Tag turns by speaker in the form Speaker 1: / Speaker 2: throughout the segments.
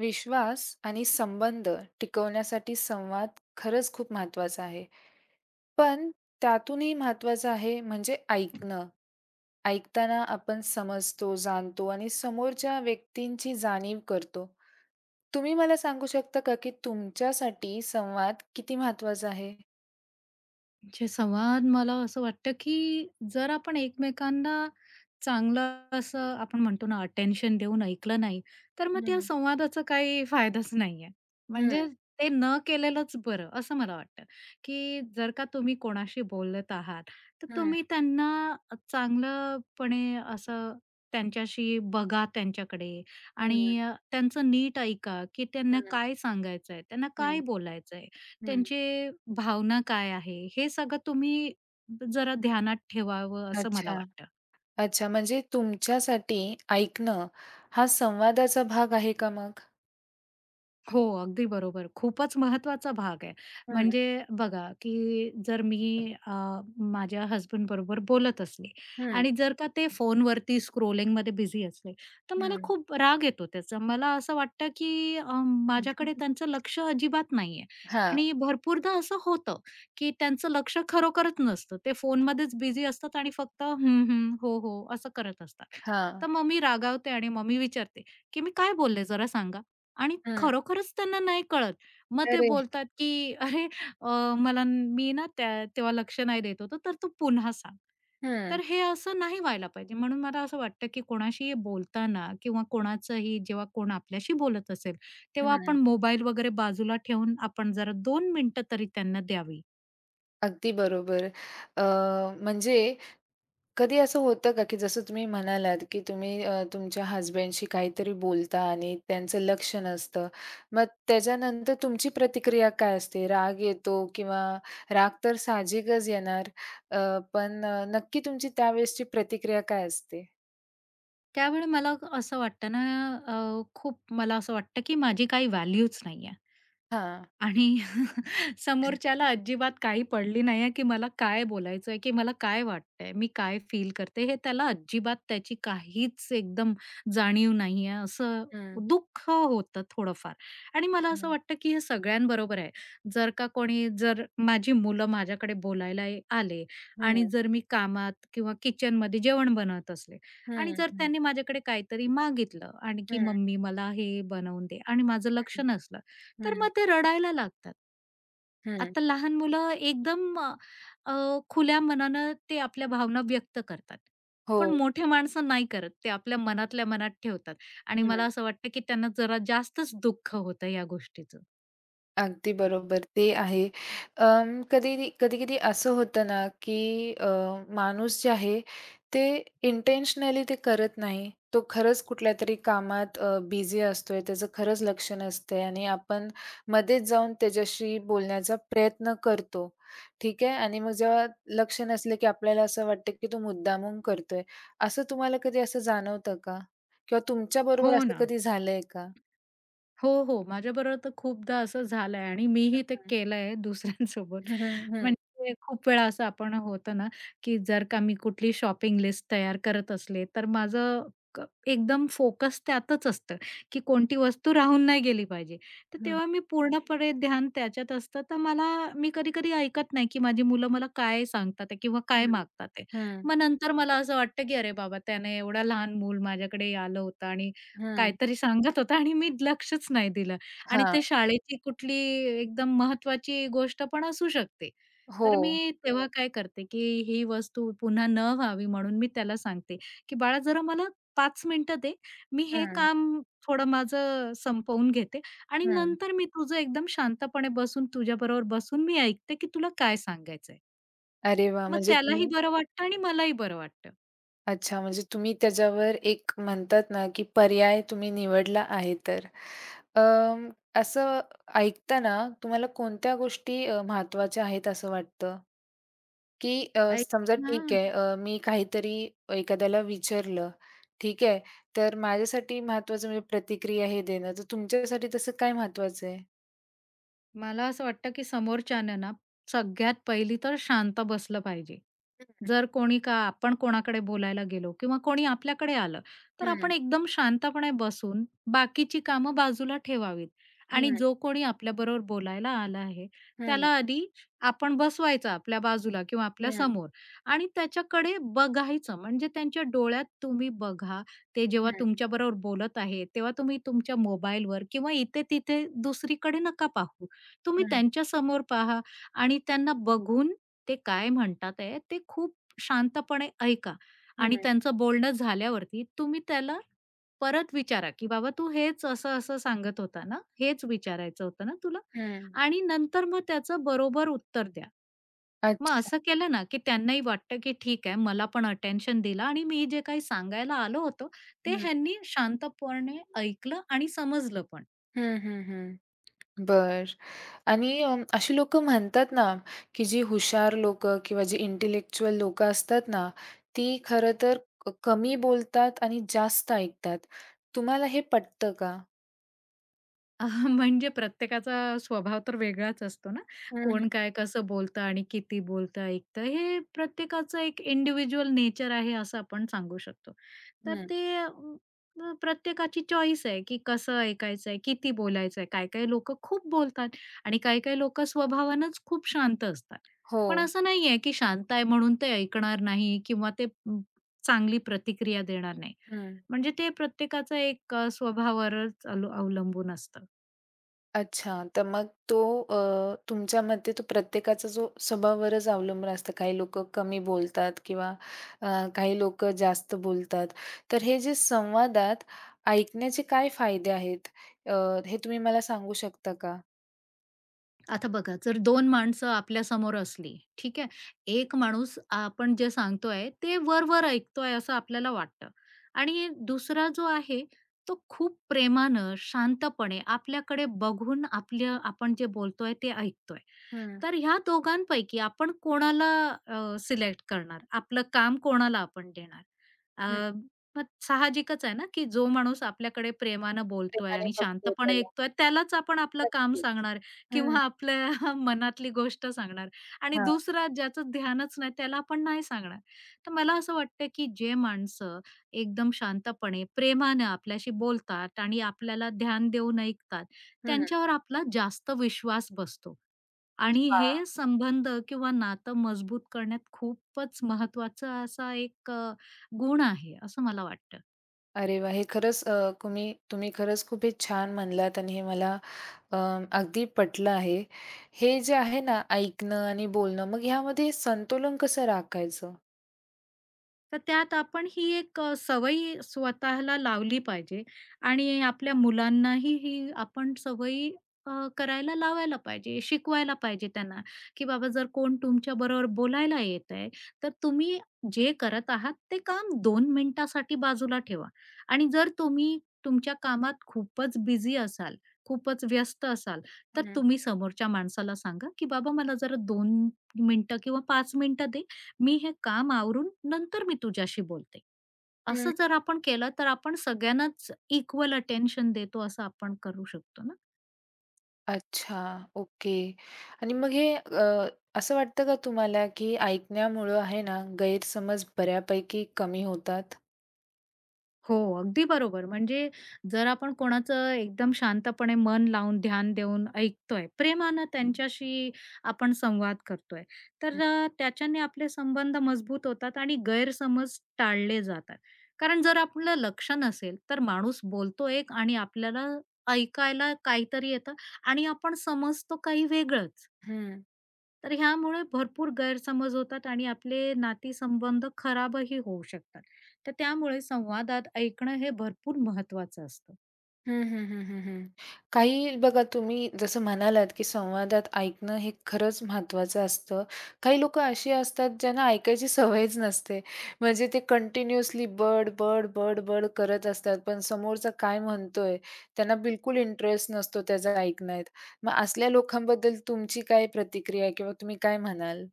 Speaker 1: विश्वास आणि संबंध टिकवण्यासाठी संवाद खरंच खूप महत्त्वाचा आहे. पण त्यातूनही महत्त्वाचं आहे म्हणजे ऐकणं. ऐकताना आपण समजतो, जाणतो आणि समोरच्या व्यक्तींची जाणीव करतो. तुम्ही मला सांगू शकता का, की तुमच्यासाठी संवाद किती महत्त्वाचा आहे?
Speaker 2: म्हणजे संवाद मला असं वाटतं की जर आपण एकमेकांना चांगलं असं आपण म्हणतो ना अटेन्शन देऊन ऐकलं नाही, तर मग त्या
Speaker 1: हं.
Speaker 2: संवादाचा काही फायदाच नाहीये.
Speaker 1: हं,
Speaker 2: म्हणजे ते न केलेलंच बरं असं मला वाटतं, की जर का तुम्ही कोणाशी बोलत आहात, तर
Speaker 1: हं,
Speaker 2: तुम्ही त्यांना चांगलंपणे असं त्यांच्याशी बघा त्यांच्याकडे
Speaker 1: हं,
Speaker 2: आणि त्यांचं नीट ऐका, की त्यांना
Speaker 1: हं,
Speaker 2: काय सांगायचंय, त्यांना
Speaker 1: हं,
Speaker 2: काय बोलायचंय.
Speaker 1: हं.
Speaker 2: त्यांची भावना काय आहे, हे सगळं तुम्ही जरा ध्यानात ठेवावं असं मला
Speaker 1: अच्छा,
Speaker 2: वाटतं.
Speaker 1: अच्छा. म्हणजे तुमच्यासाठी ऐकणं हा संवादाचा भाग आहे का मग?
Speaker 2: हो, अगदी बरोबर. खूपच महत्वाचा भाग आहे.
Speaker 1: हं,
Speaker 2: म्हणजे बघा, की जर मी अ, माझ्या हस्बंड बरोबर बोलत असले
Speaker 1: हं.
Speaker 2: आणि जर का ते फोनवरती स्क्रोलिंगमध्ये बिझी असले, तर मला
Speaker 1: हं.
Speaker 2: खूप राग येतो त्याचा. मला असं वाटतं, की माझ्याकडे त्यांचं लक्ष अजिबात नाहीये
Speaker 1: हां,
Speaker 2: आणि भरपूरदा असं होतं, की त्यांचं लक्ष खरोखरच नसतं. ते फोनमध्येच बिझी असतात आणि फक्त हं, हं, हो, हो असं करत असतात.
Speaker 1: हां.
Speaker 2: तर मग मी रागावते आणि मग मी विचारते, की "मी काय बोलले जरा सांगा?" आणि
Speaker 1: हं.
Speaker 2: खरोखरच त्यांना नाही कळत. मग ते
Speaker 1: अरे!
Speaker 2: बोलतात, की "अरे, मला मी ना त्या तेव्हा लक्ष नाही देत होतो, तर तू पुन्हा सांग."
Speaker 1: हं,
Speaker 2: तर हे असं नाही व्हायला पाहिजे. म्हणून मला असं वाटतं, की कोणाशी बोलताना किंवा कोणाचंही जेव्हा कोण आपल्याशी बोलत असेल, तेव्हा
Speaker 1: हं.
Speaker 2: आपण मोबाईल वगैरे बाजूला ठेवून आपण जरा 2 मिनिटं तरी त्यांना द्यावी.
Speaker 1: अगदी बरोबर. अ, म्हणजे कधी असं होतं का, की जसं तुम्ही म्हणालात, की तुम्ही तुमच्या हसबँडशी काहीतरी बोलता आणि त्यांचं लक्ष नसतं. मग त्याच्यानंतर तुमची प्रतिक्रिया काय असते? राग येतो किंवा राग तर साहजिकच येणार. पण नक्की तुमची त्यावेळेसची प्रतिक्रिया काय असते?
Speaker 2: त्यावेळी मला असं वाटतं ना, खूप मला असं वाटतं, की माझी काही व्हॅल्यूच नाहीये.
Speaker 1: हां.
Speaker 2: आणि समोरच्याला अजिबात काही पडली नाहीये, की मला काय बोलायचंय, की मला काय वाटतंय, मी काय फील करते, हे त्याला अजिबात त्याची काहीच एकदम जाणीव नाहीये, असं
Speaker 1: हं, हं,
Speaker 2: दुःख होतं थोडंफार. आणि मला असं
Speaker 1: हं,
Speaker 2: वाटतं, की हे सगळ्यांबरोबर आहे. जर का कोणी जर माझी मुलं माझ्याकडे बोलायला आले
Speaker 1: हं,
Speaker 2: आणि जर मी कामात किंवा किचनमध्ये जेवण बनवत असले
Speaker 1: हं,
Speaker 2: आणि जर
Speaker 1: हं,
Speaker 2: त्यांनी माझ्याकडे काहीतरी मागितलं आणि की
Speaker 1: हं,
Speaker 2: "मम्मी मला हे बनवून दे" आणि माझं लक्ष नसलं तर
Speaker 1: हं,
Speaker 2: मग ते रडायला लागतात.
Speaker 1: हं.
Speaker 2: आता लहान मुलं एकदम अ, अ, खुल्या मनानं ते आपल्या भावना व्यक्त करतात.
Speaker 1: हो.
Speaker 2: पण मोठे माणसं नाही करत. ते आपल्या मनातल्या मनात ठेवतात आणि मला
Speaker 1: हं.
Speaker 2: असं वाटतं, की त्यांना जरा जास्तच दुःख होतं या गोष्टीचं.
Speaker 1: अगदी बरोबर, ते आहे. अं, कधी कधी-कधी असं होतं ना, की अ, माणूस जे आहे ते इंटेन्शनली ते करत नाही. तो खरंच कुठल्या तरी कामात बिझी असतोय, त्याचं खरंच लक्ष नसतंय आणि आपण मध्येच जाऊन त्याच्याशी बोलण्याचा प्रयत्न करतो, ठीक आहे. आणि मग जेव्हा लक्ष नसलं, की आपल्याला असं वाटतं, की तो मुद्दामून करतोय. असं तुम्हाला कधी असं जाणवतं का? किंवा
Speaker 2: हो
Speaker 1: तुमच्याबरोबर असं
Speaker 2: ना.
Speaker 1: कधी झालंय का?
Speaker 2: हो, हो. माझ्याबरोबर तर खूपदा असं झालंय आणि मीही ते
Speaker 1: हं.
Speaker 2: केलंय दुसऱ्यांसोबत.
Speaker 1: हं, हं,
Speaker 2: म्हणजे खूप वेळा असं आपण होतं ना, की जर का मी कुठली शॉपिंग लिस्ट तयार करत असले, तर माझं क एकदम फोकस त्यातच असतं, की कोणती वस्तू राहून नाही गेली पाहिजे. तर
Speaker 1: हं.
Speaker 2: तेव्हा मी पूर्णपणे ध्यान त्याच्यात असतं. तर मला मी कधी-कधी ऐकत नाही, की माझी मुलं मला काय सांगतात आहे किंवा काय
Speaker 1: हं,
Speaker 2: मागतात आहे.
Speaker 1: हं,
Speaker 2: मग नंतर मला असं वाटतं, की अरे बाबा, त्याने एवढा लहान मूल माझ्याकडे आलं होतं आणि
Speaker 1: हं.
Speaker 2: काहीतरी सांगत होता आणि मी लक्षच नाही दिलं आणि
Speaker 1: हां.
Speaker 2: ते शाळेची कुठली एकदम महत्वाची गोष्ट पण असू शकते.
Speaker 1: हो.
Speaker 2: तर मी तेव्हा काय करते, की ही वस्तू पुन्हा न व्हावी म्हणून मी त्याला सांगते, की "बाळा जरा मला 5 मिनिटं दे. मी हे
Speaker 1: हं,
Speaker 2: काम थोडं माझं संपवून घेते आणि
Speaker 1: हं.
Speaker 2: नंतर मी तुझं एकदम शांतपणे बसून तुझ्याबरोबर बसून मी ऐकते, की तुला काय सांगायचंय."
Speaker 1: अरे वाह!
Speaker 2: मग
Speaker 1: म्हणजे
Speaker 2: त्यालाही
Speaker 1: तुम्ही
Speaker 2: बरं वाटतं आणि मलाही बरं वाटतं.
Speaker 1: अच्छा, म्हणजे तुम्ही त्याच्यावर एक म्हणतात ना, की पर्याय तुम्ही निवडला आहे तर. अं, असं ऐकताना तुम्हाला कोणत्या गोष्टी महत्त्वाच्या आहेत असं वाटतं? की
Speaker 2: ऐक
Speaker 1: समजा ठीक आहे मी काहीतरी एखाद्याला विचारलं, ठीक आहे. तर माझ्यासाठी महत्त्वाचं म्हणजे प्रतिक्रिया हे देणं, तर तुमच्यासाठी तसं काय महत्त्वाचं आहे?
Speaker 2: मला असं वाटतं, की समोरच्यानं ना, सगळ्यात पहिली तर शांत बसलं पाहिजे. जर कोणी का आपण कोणाकडे बोलायला गेलो किंवा कोणी आपल्याकडे आलं,
Speaker 1: हं,
Speaker 2: तर
Speaker 1: हं,
Speaker 2: आपण एकदम शांतपणे बसून बाकीची कामं बाजूला ठेवावीत आणि
Speaker 1: हं,
Speaker 2: जो कोणी आपल्याबरोबर बोलायला आला आहे,
Speaker 1: हं,
Speaker 2: त्याला आधी आपण बसवायचं आपल्या बाजूला किंवा आपल्या
Speaker 1: हं.
Speaker 2: समोर आणि त्याच्याकडे बघायचं. म्हणजे त्यांच्या डोळ्यात तुम्ही बघा. ते जेव्हा
Speaker 1: हं,
Speaker 2: तुमच्याबरोबर बोलत आहे, तेव्हा तुम्ही तुमच्या मोबाईलवर किंवा इथे-तिथे दुसरीकडे नका पाहू. तुम्ही
Speaker 1: हं,
Speaker 2: त्यांच्यासमोर पहा आणि त्यांना बघून ते काय म्हणतात आहे, ते खूप शांतपणे ऐका
Speaker 1: हं,
Speaker 2: आणि त्यांचं बोलणं झाल्यावरती तुम्ही त्याला परत विचारा, की "बाबा तू हेच असं-असं सांगत होता ना? हेच विचारायचं होतं ना तुला?"
Speaker 1: हं.
Speaker 2: आणि नंतर मग त्याचं बरोबर उत्तर द्या. मग
Speaker 1: अच्छा.
Speaker 2: असं केलं ना, की त्यांनाही वाटतं, की ठीक आहे मला पण अटेन्शन दिलं आणि मी जे काही सांगायला आलो होतो, ते
Speaker 1: हं,
Speaker 2: ह्यांनी शांतपणे ऐकलं आणि समजलं पण.
Speaker 1: हं, हं, हं. बरं आणि अशी लोकं म्हणतात ना, की जी हुशार लोकं किंवा जी इंटेलेक्चुअल लोकं असतात ना, ती खरं तर कमी बोलतात आणि जास्त ऐकतात. तुम्हाला हे पटतं का?
Speaker 2: अह, म्हणजे प्रत्येकाचा स्वभाव तर वेगळाच असतो ना.
Speaker 1: हं, हं,
Speaker 2: कोण काय कसं बोलतं आणि किती बोलतं, ऐकतं हे प्रत्येकाचं एक इंडिव्हिज्युअल नेचर आहे असं आपण सांगू शकतो. तर
Speaker 1: हं.
Speaker 2: ते अ, अ, प्रत्येकाची चॉईस आहे, की कसं ऐकायचं आहे, किती बोलायचं आहे. काही-काही लोकं खूप बोलतात आणि काही-काही लोकं स्वभावानंच खूप शांत असतात.
Speaker 1: हो.
Speaker 2: पण असं नाहीये, की शांत आहे म्हणून ते ऐकणार नाही किंवा ते चांगली प्रतिक्रिया देणार नाही.
Speaker 1: हं.
Speaker 2: म्हणजे ते प्रत्येकाचा एक स्वभावावरच अवलंबून असतं.
Speaker 1: अच्छा, तर मग तो तुमच्या मते तो प्रत्येकाचा जो स्वभावावरच अवलंबून असतं. काही लोकं कमी बोलतात किंवा अ, काही लोकं जास्त बोलतात. तर हे जे संवादात ऐकण्याचे काय फायदे आहेत? अ, हे तुम्ही मला सांगू शकता का?
Speaker 2: आता बघा, जर 2 माणसं आपल्या समोर असली, ठीक आहे. एक माणूस आपण जे सांगतोय ते वर-वर ऐकतोय असं आपल्याला वाटतं आणि दुसरा जो आहे तो खूप प्रेमानं, शांतपणे आपल्याकडे बघून आपल्या आपण जे बोलतोय ते ऐकतोय.
Speaker 1: हं,
Speaker 2: तर ह्या दोघांपैकी आपण कोणाला सिलेक्ट करणार? आपलं काम कोणाला आपण देणार? अ,
Speaker 1: हं.
Speaker 2: मग साहजिकच आहे ना, की जो माणूस आपल्याकडे प्रेमानं बोलतोय
Speaker 1: प्रेमाने
Speaker 2: आणि
Speaker 1: बघतो
Speaker 2: शांतपणे
Speaker 1: त्याला.
Speaker 2: ऐकतोय, त्यालाच आपण आपलं काम
Speaker 1: नक्कीच.
Speaker 2: सांगणार
Speaker 1: हं,
Speaker 2: किंवा आपल्या मनातली गोष्ट सांगणार आणि
Speaker 1: हां,
Speaker 2: दुसरा ज्याचं ध्यानच नाही, त्याला आपण नाही सांगणार. तर मला असं वाटतं, की जे माणसं एकदम शांतपणे, प्रेमानं आपल्याशी बोलतात आणि आपल्याला ध्यान देऊन ऐकतात,
Speaker 1: हं.
Speaker 2: त्यांच्यावर आपला जास्त विश्वास बसतो. आणि हे
Speaker 1: हां.
Speaker 2: संबंध किंवा नातं मजबूत करण्यात खूपच महत्वाचा असा एक गुण आहे, असं मला वाटतं.
Speaker 1: अरे वाह! हे खरंच तुम्ही तुम्ही खरंच खूप हे छान म्हणलात आणि हे मला अ, अगदी पटलं आहे. हे जे आहे ना ऐकणं आणि बोलणं, मग ह्यामध्ये संतुलन कसं राखायचं?
Speaker 2: तर त्यात आपण ही एक सवय स्वतःला लावली पाहिजे आणि आपल्या मुलांनाही ही आपण सवयी करायला लावायला पाहिजे, शिकवायला पाहिजे त्यांना, की बाबा जर कोण तुमच्याबरोबर बोलायला येत आहे, तर तुम्ही जे करत आहात ते काम 2 मिनिटासाठी बाजूला ठेवा आणि जर तुम्ही तुमच्या कामात खूपच बिझी असाल, खूपच व्यस्त असाल, तर
Speaker 1: हं,
Speaker 2: तुम्ही समोरच्या माणसाला सांगा, की "बाबा मला जरा 2 मिनिटं किंवा 5 मिनिटं दे." मी हे काम आवरून नंतर मी तुझ्याशी बोलते.
Speaker 1: हं.
Speaker 2: असं जर आपण केलं तर आपण सगळ्यांनाच इक्वल अटेन्शन देतो असं आपण करू शकतो ना.
Speaker 1: अच्छा, ओके. आणि मग हे असं वाटतं का तुम्हाला, की ऐकण्यामुळं आहे ना गैरसमज बऱ्यापैकी कमी होतात?
Speaker 2: हो, अगदी बरोबर. म्हणजे जर आपण कोणाचं एकदम शांतपणे मन लावून, ध्यान देऊन ऐकतोय, प्रेमानं त्यांच्याशी आपण संवाद करतोय,
Speaker 1: हं,
Speaker 2: तर त्याच्याने आपले संबंध मजबूत होतात आणि गैरसमज टाळले जातात. कारण जर आपलं लक्ष नसेल, तर माणूस बोलतो एक आणि आपल्याला ऐकायला काहीतरी येतं आणि आपण समजतो काही वेगळंच. तर ह्यामुळे भरपूर गैरसमज होतात आणि आपले नातेसंबंध खराबही होऊ शकतात. तर त्यामुळे संवादात ऐकणं हे भरपूर महत्वाचं असतं.
Speaker 1: हं, हं, हं, हं, हं. काही बघा तुम्ही जसं म्हणालात, की संवादात ऐकणं हे खरंच महत्त्वाचं असतं. काही लोकं अशी असतात ज्यांना ऐकायची सवयच नसते. म्हणजे ते कंटिन्युअसली बड, बड, बड, बड करत असतात. पण समोरचा काय म्हणतोय त्यांना बिलकुल इंटरेस्ट नसतो त्याचा ऐकण्यात. मग असल्या लोकांबद्दल तुमची काय प्रतिक्रिया आहे किंवा तुम्ही काय म्हणाल?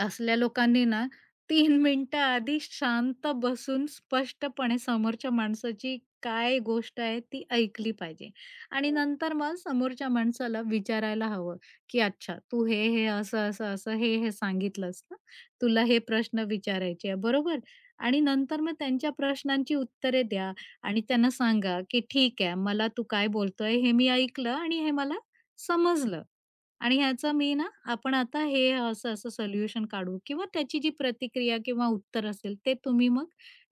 Speaker 2: असल्या लोकांनी ना 3 मिनिटं आधी शांत बसून स्पष्टपणे समोरच्या माणसाची काय गोष्ट आहे ती ऐकली पाहिजे आणि नंतर मग समोरच्या माणसाला विचारायला हवं, की "अच्छा तू हे, हे, असं, असं, असं, हे, हे सांगितलंस ना. तुला हे प्रश्न विचारायचे आहे, बरोबर?" आणि नंतर मग त्यांच्या प्रश्नांची उत्तरे द्या आणि त्यांना सांगा, की "ठीक आहे, मला तू काय बोलतोय हे मी ऐकलं आणि हे मला समजलं." आणि ह्याचं मी ना आपण आता हे असं असं सोल्युशन काढू किंवा त्याची जी प्रतिक्रिया किंवा उत्तर असेल ते तुम्ही मग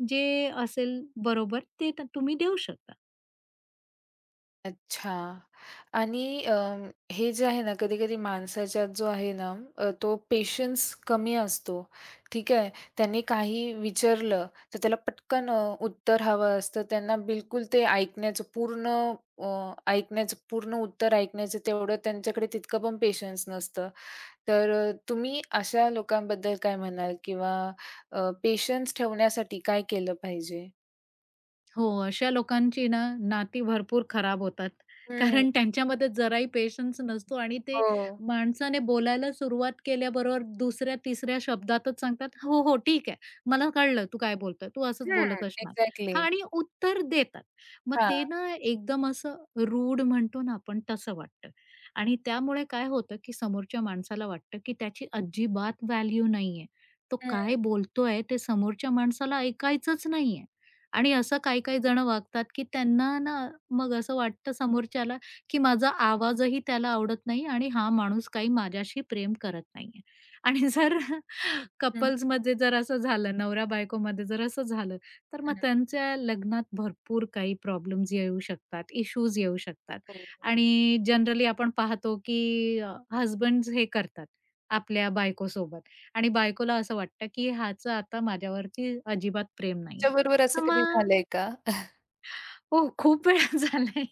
Speaker 2: जे असेल बरोबर ते तुम्ही देऊ शकता.
Speaker 1: अच्छा आणि हे जे आहे ना, कधी-कधी माणसाच्यात जो आहे ना, तो पेशन्स कमी असतो, ठीक आहे. त्यांनी काही विचारलं, तर त्याला पटकन उत्तर हवं असतं. त्यांना बिलकुल ते अ, ऐकण्याचं पूर्ण उत्तर ऐकण्याचं तेवढं त्यांच्याकडे तितकं पण पेशन्स नसतं. तर तुम्ही अशा लोकांबद्दल काय म्हणाल? किंवा पेशन्स ठेवण्यासाठी काय केलं पाहिजे?
Speaker 2: हो, अशा लोकांची ना नाती भरपूर खराब होतात.
Speaker 1: हं.
Speaker 2: कारण त्यांच्यामध्ये जराही पेशन्स नसतो आणि ते
Speaker 1: हो.
Speaker 2: माणसाने बोलायला सुरुवात केल्याबरोबर दुसऱ्या, तिसऱ्या शब्दातच सांगतात, "हो, हो, ठीक आहे. मला कळलं तू काय बोलतोय. तू असंच
Speaker 1: हं.
Speaker 2: बोलत असणार."
Speaker 1: एक्झॅक्टली.
Speaker 2: हां आणि उत्तर देतात. मग
Speaker 1: हां.
Speaker 2: ते ना एकदम असं रूड म्हणतो ना आपण तसं वाटतं आणि त्यामुळे काय होतं, की समोरच्या माणसाला वाटतं, की त्याची अजिबात व्हॅल्यू नाहीये. तो काय बोलतोय ते समोरच्या माणसाला ऐकायचंच नाहीये. आणि असं काही-काही जणं वागतात, की त्यांना ना मग असं वाटतं समोरच्याला, की माझा आवाजही त्याला आवडत नाही आणि हा माणूस काही माझ्याशी प्रेम करत नाहीये. आणि जर
Speaker 1: हं,
Speaker 2: कपल्समध्ये जर असं झालं, नवरा-बायकोमध्ये जर असं झालं, तर मग
Speaker 1: हं.
Speaker 2: त्यांच्या लग्नात भरपूर काही प्रॉब्लेम्स येऊ शकतात, इश्यूज येऊ शकतात.
Speaker 1: हो.
Speaker 2: आणि जनरली आपण पाहतो, की अ, हे करतात आपल्या बायकोसोबत आणि बायकोला असं वाटतं, की ह्याचं आता माझ्यावरती अजिबात प्रेम नाहीये.
Speaker 1: तुमच्याबरोबर असं
Speaker 2: हां,
Speaker 1: कधी
Speaker 2: मग
Speaker 1: झालंय का?
Speaker 2: हो, खूप वेळा झालंय.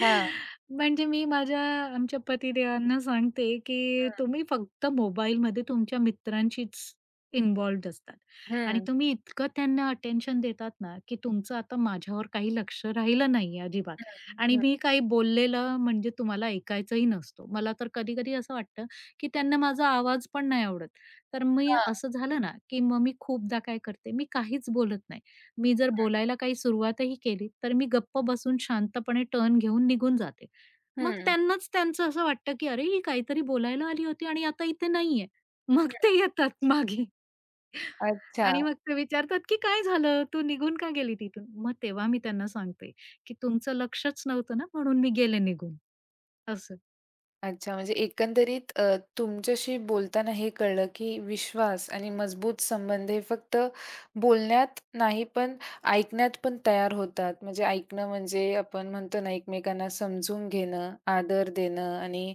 Speaker 1: हां.
Speaker 2: म्हणजे मी आमच्या पतिदेवांना सांगते, की तुम्ही फक्त मोबाईलमध्ये तुमच्या मित्रांशीच इन्व्हॉल्वड असतात
Speaker 1: हं,
Speaker 2: आणि
Speaker 1: हं,
Speaker 2: तुम्ही इतकं त्यांना अटेन्शन देतात ना, की तुमचं आता माझ्यावर काही लक्ष राहिलं नाहीये अजिबात
Speaker 1: हं,
Speaker 2: आणि
Speaker 1: हं.
Speaker 2: मी काही बोललेलं म्हणजे तुम्हाला ऐकायचंही नसतो. मला तर कधी-कधी असं वाटतं, की त्यांना माझा आवाज पण नाही आवडत. तर मी
Speaker 1: हां,
Speaker 2: असं झालं ना, की मग मी खूपदा काय करते, मी काहीच बोलत नाही. मी जर बोलायला काही सुरुवातही केली, तर मी गप्प बसून शांतपणे टर्न घेऊन निघून जाते.
Speaker 1: हं,
Speaker 2: मग
Speaker 1: हं,
Speaker 2: त्यांनाच त्यांचं असं वाटतं, की "अरे, ही काहीतरी बोलायला आली होती आणि आता इथे नाहीये." मग ते येतात मागे
Speaker 1: अच्छा.
Speaker 2: आणि मग ते विचारतात, की "काय झालं? तू निघून का गेली तिथून?" मग तेव्हा मी त्यांना सांगते, की "तुमचं लक्षच नव्हतं ना, म्हणून मी गेले निघून." असं.
Speaker 1: अच्छा, म्हणजे एकंदरीत तुमच्याशी बोलताना हे कळलं, की विश्वास आणि मजबूत संबंध हे फक्त बोलण्यात नाही, पण ऐकण्यात पण तयार होतात. म्हणजे ऐकणं म्हणजे आपण म्हणतो ना, एकमेकांना समजून घेणं, आदर देणं आणि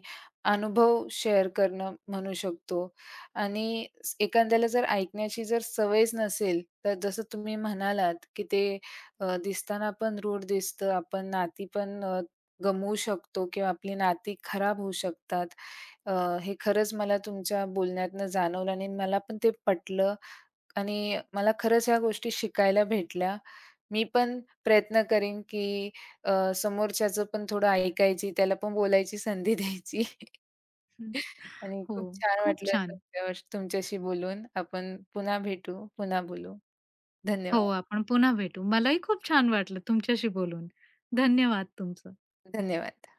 Speaker 1: अनुभव शेअर करणं म्हणू शकतो. आणि स एखाद्याला जर ऐकण्याची जर सवयच नसेल, तर जसं तुम्ही म्हणालात, की ते दिसताना पण रूढ दिसतं, आपण नाती पण गमवू शकतो किंवा आपली नाती खराब होऊ शकतात. अ, हे खरंच मला तुमच्या बोलण्यातनं जाणवलं आणि मला पण ते पटलं आणि मला खरंच ह्या गोष्टी शिकायला भेटल्या. मी पण प्रयत्न करीन, की समोरच्याचं पण थोडं ऐकायची, त्याला पण बोलायची संधी द्यायची.
Speaker 2: हं.
Speaker 1: आणि
Speaker 2: हो,
Speaker 1: खूप छान
Speaker 2: खूप
Speaker 1: वाटलं
Speaker 2: छान.
Speaker 1: तुमच्याशी बोलून. आपण पुन्हा भेटू, पुन्हा बोलू.
Speaker 2: हो,
Speaker 1: धन्यवाद,
Speaker 2: आपण पुन्हा भेटू. मलाही खूप छान वाटलं तुमच्याशी बोलून. धन्यवाद तुमचं.
Speaker 1: धन्यवाद.